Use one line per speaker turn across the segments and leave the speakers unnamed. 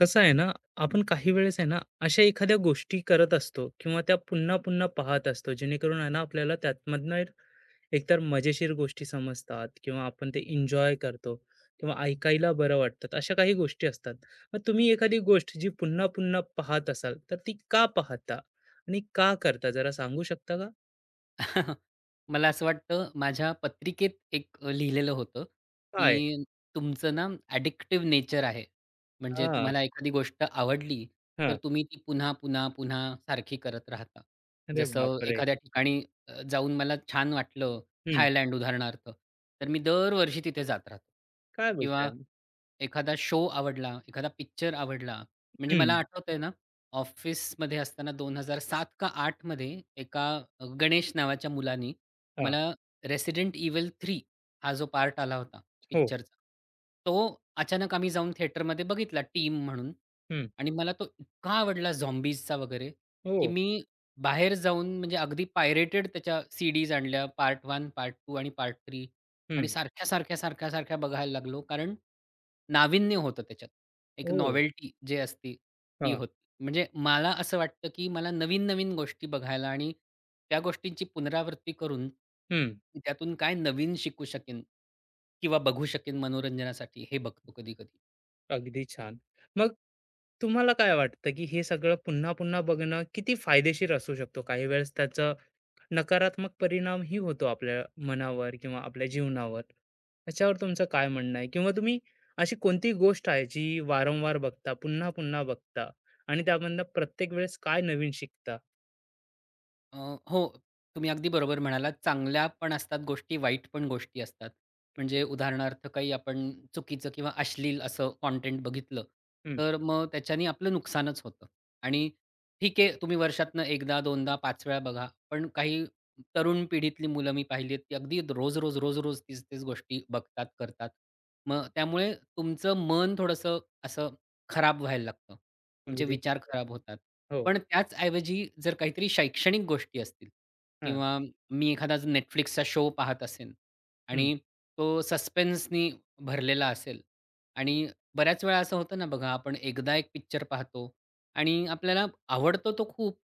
कसं आहे ना, आपण काही वेळेस आहे ना, अशा एखाद्या गोष्टी करत असतो किंवा त्या पुन्हा-पुन्हा पाहत असतो, जेणेकरून आहे ना, आपल्याला त्यातमधनं एकतर मजेशीर गोष्टी समजतात किंवा आपण ते एन्जॉय करतो किंवा ऐकायला बरं वाटतात, अशा काही गोष्टी असतात. मग तुम्ही एखादी गोष्ट जी पुन्हा-पुन्हा पाहत असाल, तर ती का पाहता आणि का करता? जरा सांगू शकता का?
मला असं वाटतं माझ्या पत्रिकेत एक लिहिलेलं होतं,
काय?
की तुमचं ना ॲडिक्टिव्ह नेचर आहे. म्हणजे
हां,
तुम्हाला एखादी गोष्ट आवडली, तर
हां.
तुम्ही ती पुन्हा, पुन्हा, पुन्हा सारखी करत राहता.
अरे
जसं
बापरे!
एखाद्या ठिकाणी जाऊन मला छान वाटलं,
हं.
थायलंड उदाहरणार्थ, तर मी दरवर्षी तिथे जात राहतो
काय बोलताय?
किंवा एखादा शो आवडला, एखादा पिक्चर आवडला. म्हणजे मला
हं.
आठवतंय ना, ऑफिसमध्ये असताना 2007 का आठ मध्ये एका गणेश नावाच्या मुलानी
हां.
मला रेसिडेंट Evil 3 हा जो पार्ट आला होता
हो.
पिक्चरचा, तो अचानक आम्ही जाऊन थिएटरमध्ये बघितला टीम म्हणून.
हं.
आणि मला तो इतका आवडला झॉम्बीजचा वगैरे, की
हो.
मी बाहेर जाऊन म्हणजे अगदी पायरेटेड त्याच्या सीडीज आणल्या पार्ट 1, पार्ट 2 आणि पार्ट 3 आणि
हं.
सारख्या, सारख्या, सारख्या, सारख्या बघायला लागलो. कारण नाविन्य होतं त्याच्यात. एक
ओ.
नॉवेल्टी जे असते ती
हां.
होती. म्हणजे मला असं वाटतं, की मला नवीन-नवीन गोष्टी बघायला आणि त्या गोष्टींची पुनरावृत्ती करून
हं.
त्यातून काय नवीन शिकू शकेन किंवा बघू शकेन मनोरंजनासाठी हे बघतो कधी-कधी.
अगदी छान. मग तुम्हाला काय वाटतं, की हे सगळं पुन्हा-पुन्हा बघणं किती फायदेशीर असू शकतो? काही वेळेस त्याचा नकारात्मक परिणामही होतो आपल्या मनावर किंवा आपल्या जीवनावर. याच्यावर तुमचं काय म्हणणं आहे? किंवा तुम्ही अशी कोणती गोष्ट आहे जी वारंवार बघता, पुन्हा-पुन्हा बघता आणि त्यामधनं प्रत्येक वेळेस काय नवीन शिकता?
अ, हो, तुम्ही अगदी बरोबर म्हणालात. चांगल्या पण असतात गोष्टी, वाईट पण गोष्टी असतात. म्हणजे उदाहरणार्थ काही आपण चुकीचं किंवा अश्लील असं कंटेंट बघितलं,
हं.
तर मग त्याच्याने आपलं नुकसानच होतं. आणि ठीक आहे, तुम्ही वर्षातनं 1दा, 2दा, 5 वेळा बघा. पण काही तरुण पिढीतली मुलं मी पाहिली आहेत, ती अगदी रोज-रोज, रोज-रोज तीच-तीच गोष्टी बघतात, करतात. मग त्यामुळे तुमचं मन थोडंसं असं खराब व्हायला लागतं. तुमचे
अगदी
विचार खराब होतात.
हो.
पण त्याच ऐवजी जर काहीतरी शैक्षणिक गोष्टी असतील
हां.
किंवा मी एखादा Netflixचा शो पाहत असेन
हं.
आणि तो सस्पेन्सनी भरलेला असेल आणि बऱ्याच वेळा असं होतं ना बघा, आपण एकदा एक पिक्चर पाहतो आणि आपल्याला आवडतो तो खूप,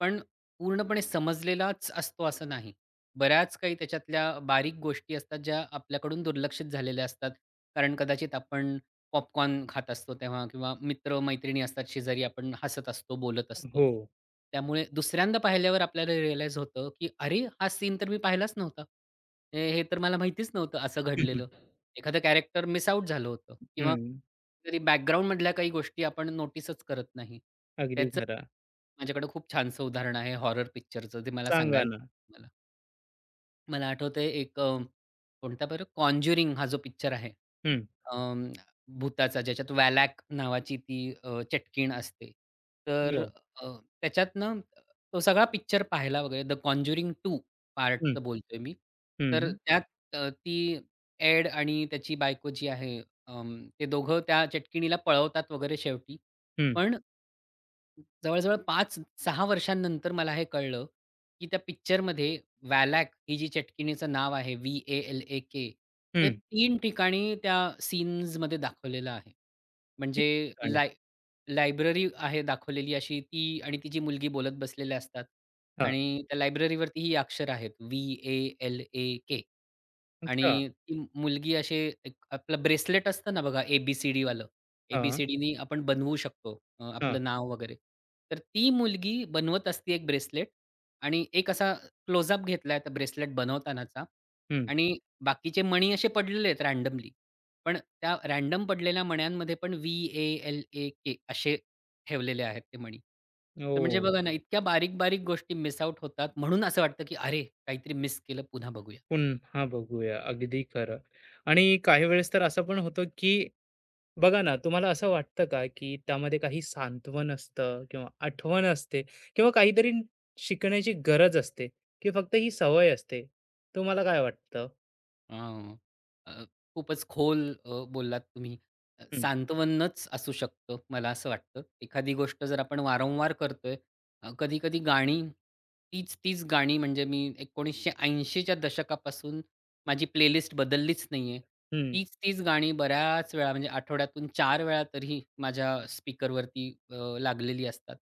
पण पूर्णपणे समजलेलाच असतो असं नाही. बऱ्याच काही त्याच्यातल्या बारीक गोष्टी असतात, ज्या आपल्याकडून दुर्लक्षित झालेल्या असतात. कारण कदाचित आपण पॉपकॉर्न खात असतो तेव्हा किंवा मित्र-मैत्रिणी असतात शेजारी, आपण हसत असतो, बोलत असतो.
हो.
त्यामुळे दुसऱ्यांदा पाहिल्यावर आपल्याला रिअलाईज होतं, की "अरे, हा सीन तर मी पाहिलाच नव्हता. हे हे तर मला माहितीच नव्हतं असं
हं, हं.
घडलेलं." एखादं कॅरेक्टर मिस आउट झालं होतं किंवा तरी बॅकग्राऊंडमधल्या काही गोष्टी आपण नोटीसच करत नाही.
अगदी
त्याचं
खरं.
माझ्याकडे खूप छानसं उदाहरण आहे हॉरर पिक्चरचं, जे मला
सांगा
सांगायला
ना.
मला. मला आठवतंय एक कोणता बरं? कॉन्ज्युरिंग हा जो पिक्चर आहे.
हं.
अं, भुताचा ज्याच्यात वॅलॅक नावाची ती चटकीण असते. तर
हो.
अ, त्याच्यात ना तो सगळा पिक्चर पाहिला वगैरे द कॉन्ज्युरिंग 2
हं.
पार्टचं बोलतोय मी.
हं.
तर त्यात ती एड आणि त्याची बायको जी आहे, ते दोघं त्या चटकिणीला पळवतात वगैरे शेवटी.
हं.
पण जवळ-जवळ 5-6 वर्षांनंतर मला हे कळलं, की त्या पिक्चरमध्ये वॅलॅक ही जी चटकिणीचं नाव आहे, व्ही-ए-एल-ए-के ते
हं.
3 ठिकाणी त्या सीन्समध्ये दाखवलेलं आहे.
ठीक
म्हणजे
ठिकाणी.
लाय लायब्ररी आहे दाखवलेली अशी, ती आणि तिची मुलगी बोलत बसलेल्या असतात
हां.
आणि त्या लायब्ररीवरती ही अक्षर आहेत व्ही-ए-एल-ए-के.
अच्छा.
आणि ती मुलगी अशी एक आपलं ब्रेसलेट असतं ना बघा ए-बी-सी-डी वालं.
हां,
ए आपण बनवू शकतो
हां.
आपलं नाव वगैरे. तर ती मुलगी बनवत असते एक ब्रेसलेट आणि एक असा क्लोजअप घेतलाय त्या ब्रेसलेट बनवतानाचा
हं.
आणि बाकीचे मणी असे पडलेले आहेत रँडमली. पण त्या रँडम पडलेल्या मण्यांमध्ये पण व्ही-ए-एल-ए-के असे ठेवलेले आहेत ते मणी. तर म्हणजे
ओह!
बघा ना, इतक्या बारीक-बारीक गोष्टी मिस आउट होतात. म्हणून असं वाटतं, की "अरे! काहीतरी मिस केलं, पुन्हा बघूया."
पुन्हा बघूया. अगदी खरं. आणि काही वेळेस तर असं पण होतं, की बघा ना, तुम्हाला असं वाटतं का, की त्यामध्ये काही सांत्वन असतं किंवा आठवण असते किंवा काहीतरी शिकण्याची गरज असते की फक्त ही सवय असते? तुम्हाला काय वाटतं?
अ, अ, खूपच खोल बोललात तुम्ही.
हं,
सांत्वनच असू शकतं, मला असं वाटतं. एखादी गोष्ट जर आपण वारंवार करतोय, कधी-कधी गाणी तीच-तीच गाणी म्हणजे मी 1980 च्या दशकापासून माझी प्लेलिस्ट बदललीच नाहीये.
हं.
तीच-तीच गाणी बऱ्याच वेळा म्हणजे आठवड्यातून 4 वेळा तरी माझ्या स्पीकरवरती लागलेली असतात.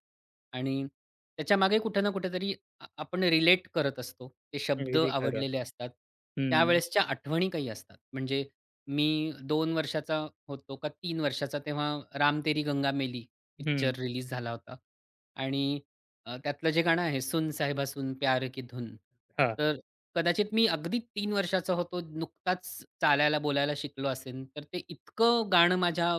आणि त्याच्यामागे कुठे ना कुठेतरी आपण रिलेट करत असतो. ते शब्द
अगदी खरं.
आवडलेले असतात.
हं,
त्यावेळेसच्या आठवणी काही असतात. म्हणजे मी 2 वर्षाचा होतो का 3 वर्षाचा तेव्हा "राम तेरी गंगा मेली" पिक्चर
हं.
रिलीज झाला होता आणि त्यातलं जे गाणं आहे "सुन साहिबा सुन प्यार की धून."
हां.
तर कदाचित मी अगदी 3 वर्षाचा होतो. नुकताच चालायला, बोलायला शिकलो असेन. तर ते इतकं गाणं माझ्या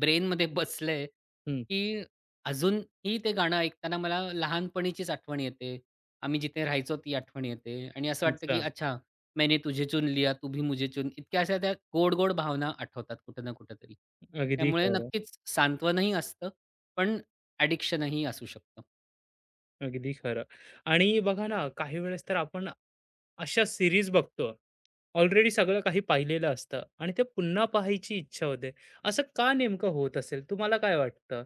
ब्रेनमध्ये बसलंय,
हं.
की अजूनही ते गाणं ऐकताना मला लहानपणीचीच आठवण येते. आम्ही जिथे राहायचो ती आठवण येते आणि असं वाटतं की
अच्छा.
अच्छा, मैंने तुझे चुन लिया तू भी मुझे चुन, इतक्या अशा त्या गोड गोड भावना आठवतात कुठं ना कुठं तरी.
अगदी
त्यामुळे
खरं,
नक्कीच सांत्वनही असतं, पण ॲडिक्शनही असू शकतं.
अगदी खरं. आणि बघा ना, काही वेळेस तर आपण अशा सीरीज बघतो. ऑलरेडी सगळं काही पाहिलेलं असतं आणि ते पुन्हा पाहायची इच्छा होते. असं का नेमकं होत असेल? तुम्हाला काय वाटतं?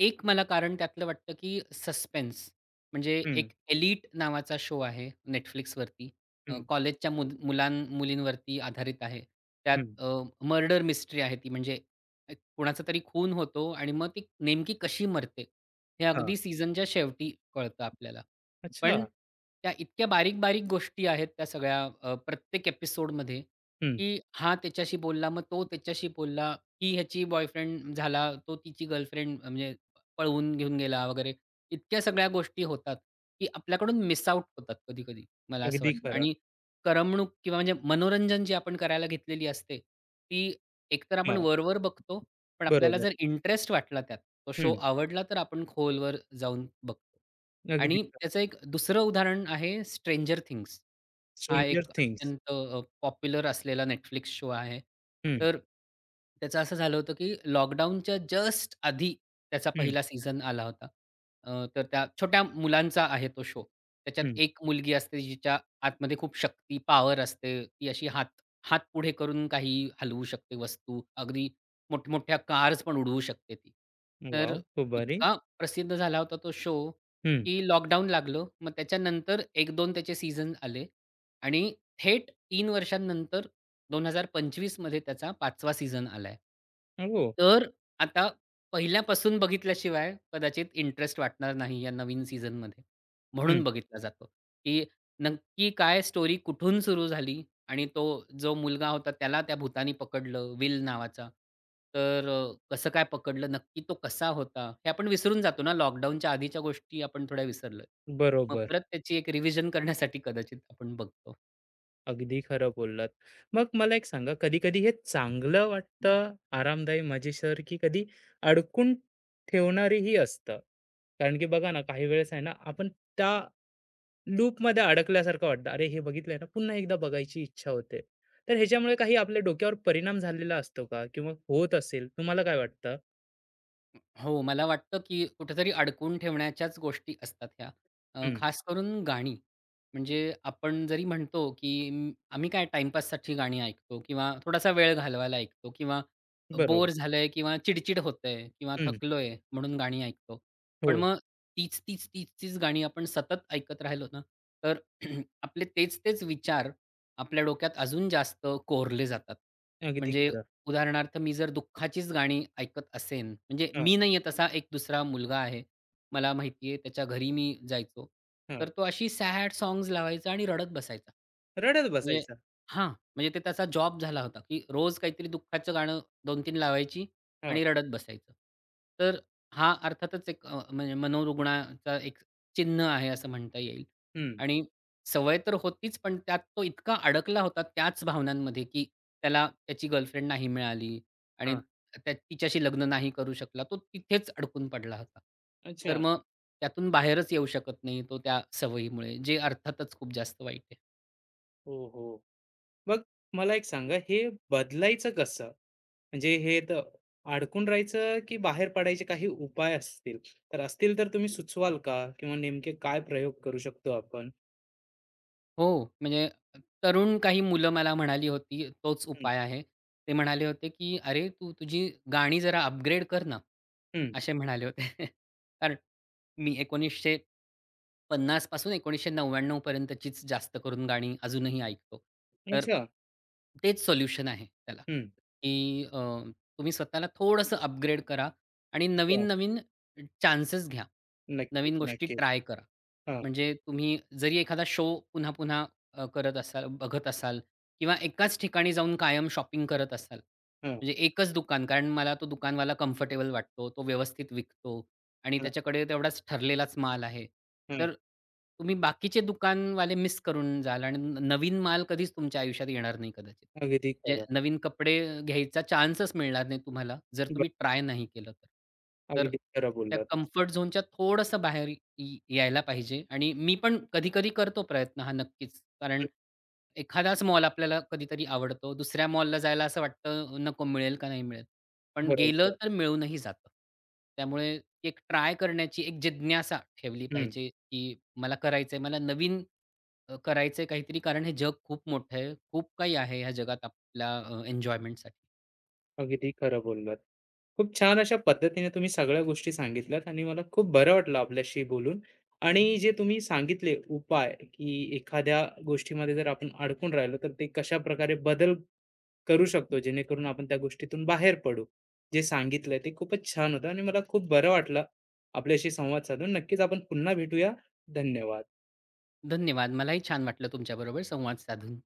एक मला कारण त्यातलं वाटतं, की सस्पेन्स. म्हणजे
हं,
एक एलीट नावाचा शो आहे Netflixवरती.
हं,
कॉलेजच्या मुलींवरती आधारित आहे.
हं.
त्यात मर्डर मिस्ट्री आहे, ती म्हणजे एक कोणाचा तरी खून होतो आणि मग ती नेमकी कशी मरते, हे
हां.
अगदी सीझनच्या शेवटी कळतं आपल्याला.
अच्छा.
पण त्या इतक्या बारीक-बारीक गोष्टी आहेत त्या सगळ्या प्रत्येक एपिसोडमध्ये,
हं.
की हा त्याच्याशी बोलला, मग तो त्याच्याशी बोलला, ही ह्याची बॉयफ्रेंड झाला, तो तिची गर्लफ्रेंड म्हणजे पळवून घेऊन गेला वगैरे. इतक्या सगळ्या गोष्टी होतात, की आपल्याकडून मिस आउट होतात कधी-कधी मला असं
अगदी
वाटतं.
खरं.
आणि करमणूक किंवा म्हणजे मनोरंजन जी आपण करायला घेतलेली असते, ती एकतर आपण
हां,
वर-वर बघतो, पण आपल्याला
बरोबर.
जर इंटरेस्ट वाटला त्यात, तो शो
हं.
आवडला तर आपण खोलवर जाऊन बघतो.
अगदी
आणि त्याचं एक दुसरं उदाहरण आहे स्ट्रेंजर थिंग्स. हा एक
स्ट्रेंजर थिंग्स.
अत्यंत पॉप्युलर असलेला Netflix शो आहे.
हं,
तर त्याचं असं झालं होतं, की लॉकडाऊनच्या जस्ट आधी त्याचा
हं,
पहिला सीझन आला होता. तर त्या छोट्या मुलांचा आहे तो शो. त्याच्यात
हं.
एक मुलगी असते जिच्या आतमध्ये खूप शक्ती, पॉवर असते. ती अशी हात हात पुढे करून काही हलवू शकते वस्तू. अगदी मोठमोठ्या कार्स पण उडवू शकते ती. तर
वॉव! खूप भारी.
इतका प्रसिद्ध झाला होता तो शो,
हं.
की लॉकडाऊन लागलं. मग त्याच्यानंतर 1-2 त्याचे सीझन आले. आणि थेट 3 वर्षांनंतर 2025 मध्ये त्याचा 5वा सीझन आलाय.
हो.
तर आता पहिल्यापासून बघितल्याशिवाय कदाचित इंटरेस्ट वाटणार नाही या नवीन सीझनमध्ये.
हं.
म्हणून बघितला जातो, की नक्की काय स्टोरी कुठून सुरू झाली आणि तो जो मुलगा होता त्याला त्या भुतानी पकडलं विल नावाचा. तर कसं काय पकडलं, नक्की तो कसा होता? हे आपण विसरून जातो ना, लॉकडाऊनच्या आधीच्या गोष्टी आपण थोड्या विसरलोय. मग
बरोबर.
परत त्याची एक रिव्हिजन करण्यासाठी कदाचित आपण बघतो.
अगदी खरं बोललात. मग मला एक सांगा, कधी-कधी हे चांगलं वाटतं, आरामदायी, मजेशीर, की कधी अडकून ठेवणारीही असतं? कारण की बघा ना, काही वेळेस आहे ना, आपण त्या लूपमध्ये अडकल्यासारखं वाटतं. अरे, हे बघितलंय ना, पुन्हा एकदा बघायची इच्छा होते. तर ह्याच्यामुळे काही आपल्या डोक्यावर परिणाम झालेला असतो का? किंवा होत असेल, तुम्हाला काय वाटतं?
हो, मला वाटतं, की कुठेतरी अडकून ठेवण्याच्याच गोष्टी असतात ह्या.
हं,
खास करून गाणी. म्हणजे आपण जरी म्हणतो, की आम्ही काय टाईमपाससाठी गाणी ऐकतो किंवा थोडासा वेळ घालवायला ऐकतो किंवा
बरोबर.
बोर झालंय किंवा चिडचिड होतंय किंवा
हं,
थकलोय म्हणून गाणी ऐकतो. पण
हो,
मग तीच, तीच, तीच, तीच गाणी आपण सतत ऐकत राहिलो ना, तर आपले तेच, तेच विचार आपल्या डोक्यात अजून जास्त कोरले जातात.
अगदी
म्हणजे
खरं.
उदाहरणार्थ मी जर दुःखाचीच गाणी ऐकत असेन, म्हणजे
हां,
मी नाहीये तसा, एक दुसरा मुलगा आहे. मला माहिती आहे, त्याच्या घरी मी जायचो. तर
हां.
तो अशी सॅड सॉंग्स लावायचा आणि रडत बसायचा.
रडत
म्हणजे
बसायचा.
हां, म्हणजे ते त्याचा जॉब झाला होता, की रोज काहीतरी दुःखाचं गाणं 2-3 लावायची
हां,
आणि रडत बसायचं. तर हा अर्थातच एक म्हणजे मनोरुग्णाचा एक चिन्ह आहे असं म्हणता येईल.
हं,
आणि सवय तर होतीच, पण त्यात तो इतका अडकला होता त्याच भावनांमध्ये, की त्याला त्याची गर्लफ्रेंड नाही मिळाली आणि
हां.
त्या तिच्याशी लग्न नाही करू शकला. तो तिथेच अडकून पडला होता. तर
अच्छा.
मग त्यातून बाहेरच येऊ शकत नाही तो त्या सवयीमुळे, जे अर्थातच खूप जास्त वाईट आहे.
हो, हो. मग मला एक सांगा, हे बदलायचं कसं? म्हणजे हे तर अडकून राहायचं, की बाहेर पडायचे काही उपाय असतील? तर असतील तर तुम्ही सुचवाल का? किंवा नेमके काय प्रयोग करू शकतो आपण?
हो, म्हणजे तरुण काही मुलं मला म्हणाली होती, तोच
हं,
उपाय आहे. ते म्हणाले होते, की "अरे, तू तुझी गाणी जरा अपग्रेड कर ना."
हं.
असे म्हणाले होते. कारण मी 1950 पासून 1999 पर्यंतचीच जास्त करून गाणी अजूनही ऐकतो. तर
अच्छा.
तेच सोल्युशन आहे त्याला,
हं.
की अ, तुम्ही स्वतःला थोडंसं अपग्रेड करा आणि
अच्छा.
नवीन-नवीन चान्सेस घ्या.
नक्कीच,
नवीन गोष्टी
नक्कीच.
ट्राय करा.
हां,
म्हणजे तुम्ही जरी एखादा शो पुन्हा-पुन्हा करत असाल, बघत असाल किंवा एकाच ठिकाणी जाऊन कायम शॉपिंग करत असाल.
हां,
म्हणजे एकच दुकान, कारण मला तो दुकानवाला कम्फर्टेबल वाटतो, तो व्यवस्थित विकतो आणि
हां,
त्याच्याकडे तेवढाच ठरलेलाच माल आहे.
हां.
तर तुम्ही बाकीचे दुकानवाले मिस करून जाल आणि नवीन माल कधीच तुमच्या आयुष्यात येणार नाही कदाचित.
अगदी
म्हणजे
खरं.
नवीन कपडे घ्यायचा चान्सच मिळणार नाही तुम्हाला, जर
बरं,
तुम्ही ट्राय नाही केलं तर. तर
अगदी खरं
त्या
बोललात.
कम्फर्ट झोनच्या थोडंसं बाहेर यायला पाहिजे आणि मी पण कधी-कधी करतो प्रयत्न हा नक्कीच. कारण
हं,
एखादाच मॉल आपल्याला कधीतरी आवडतो. दुसऱ्या मॉलला जायला असं वाटतं, नको, मिळेल का नाही मिळेल. पण गेलं
बरोबर.
तर मिळूनही जातं. त्यामुळे एक ट्राय करण्याची एक जिज्ञासा ठेवली
हं.
पाहिजे, की मला करायचंय, मला नवीन करायचंय काहीतरी, कारण हे जग खूप मोठं आहे. खूप काही आहे ह्या जगात आपल्या एन्जॉयमेंटसाठी.
अगदी खरं बोललात. खूप छान अशा पद्धतीने तुम्ही सगळ्या गोष्टी सांगितल्यात आणि मला खूप बरं वाटलं आपल्याशी बोलून. आणि जे तुम्ही सांगितले उपाय, की एखाद्या गोष्टीमध्ये जर आपण अडकून राहिलो, तर ते कशा प्रकारे बदल करू शकतो, जेणेकरून आपण त्या गोष्टीतून बाहेर पडू. जे सांगितलंय ते खूपच छान होतं आणि मला खूप बरं वाटलं आपल्याशी संवाद साधून. नक्कीच आपण पुन्हा भेटूया. धन्यवाद.
धन्यवाद. मलाही छान वाटलं तुमच्याबरोबर संवाद साधून.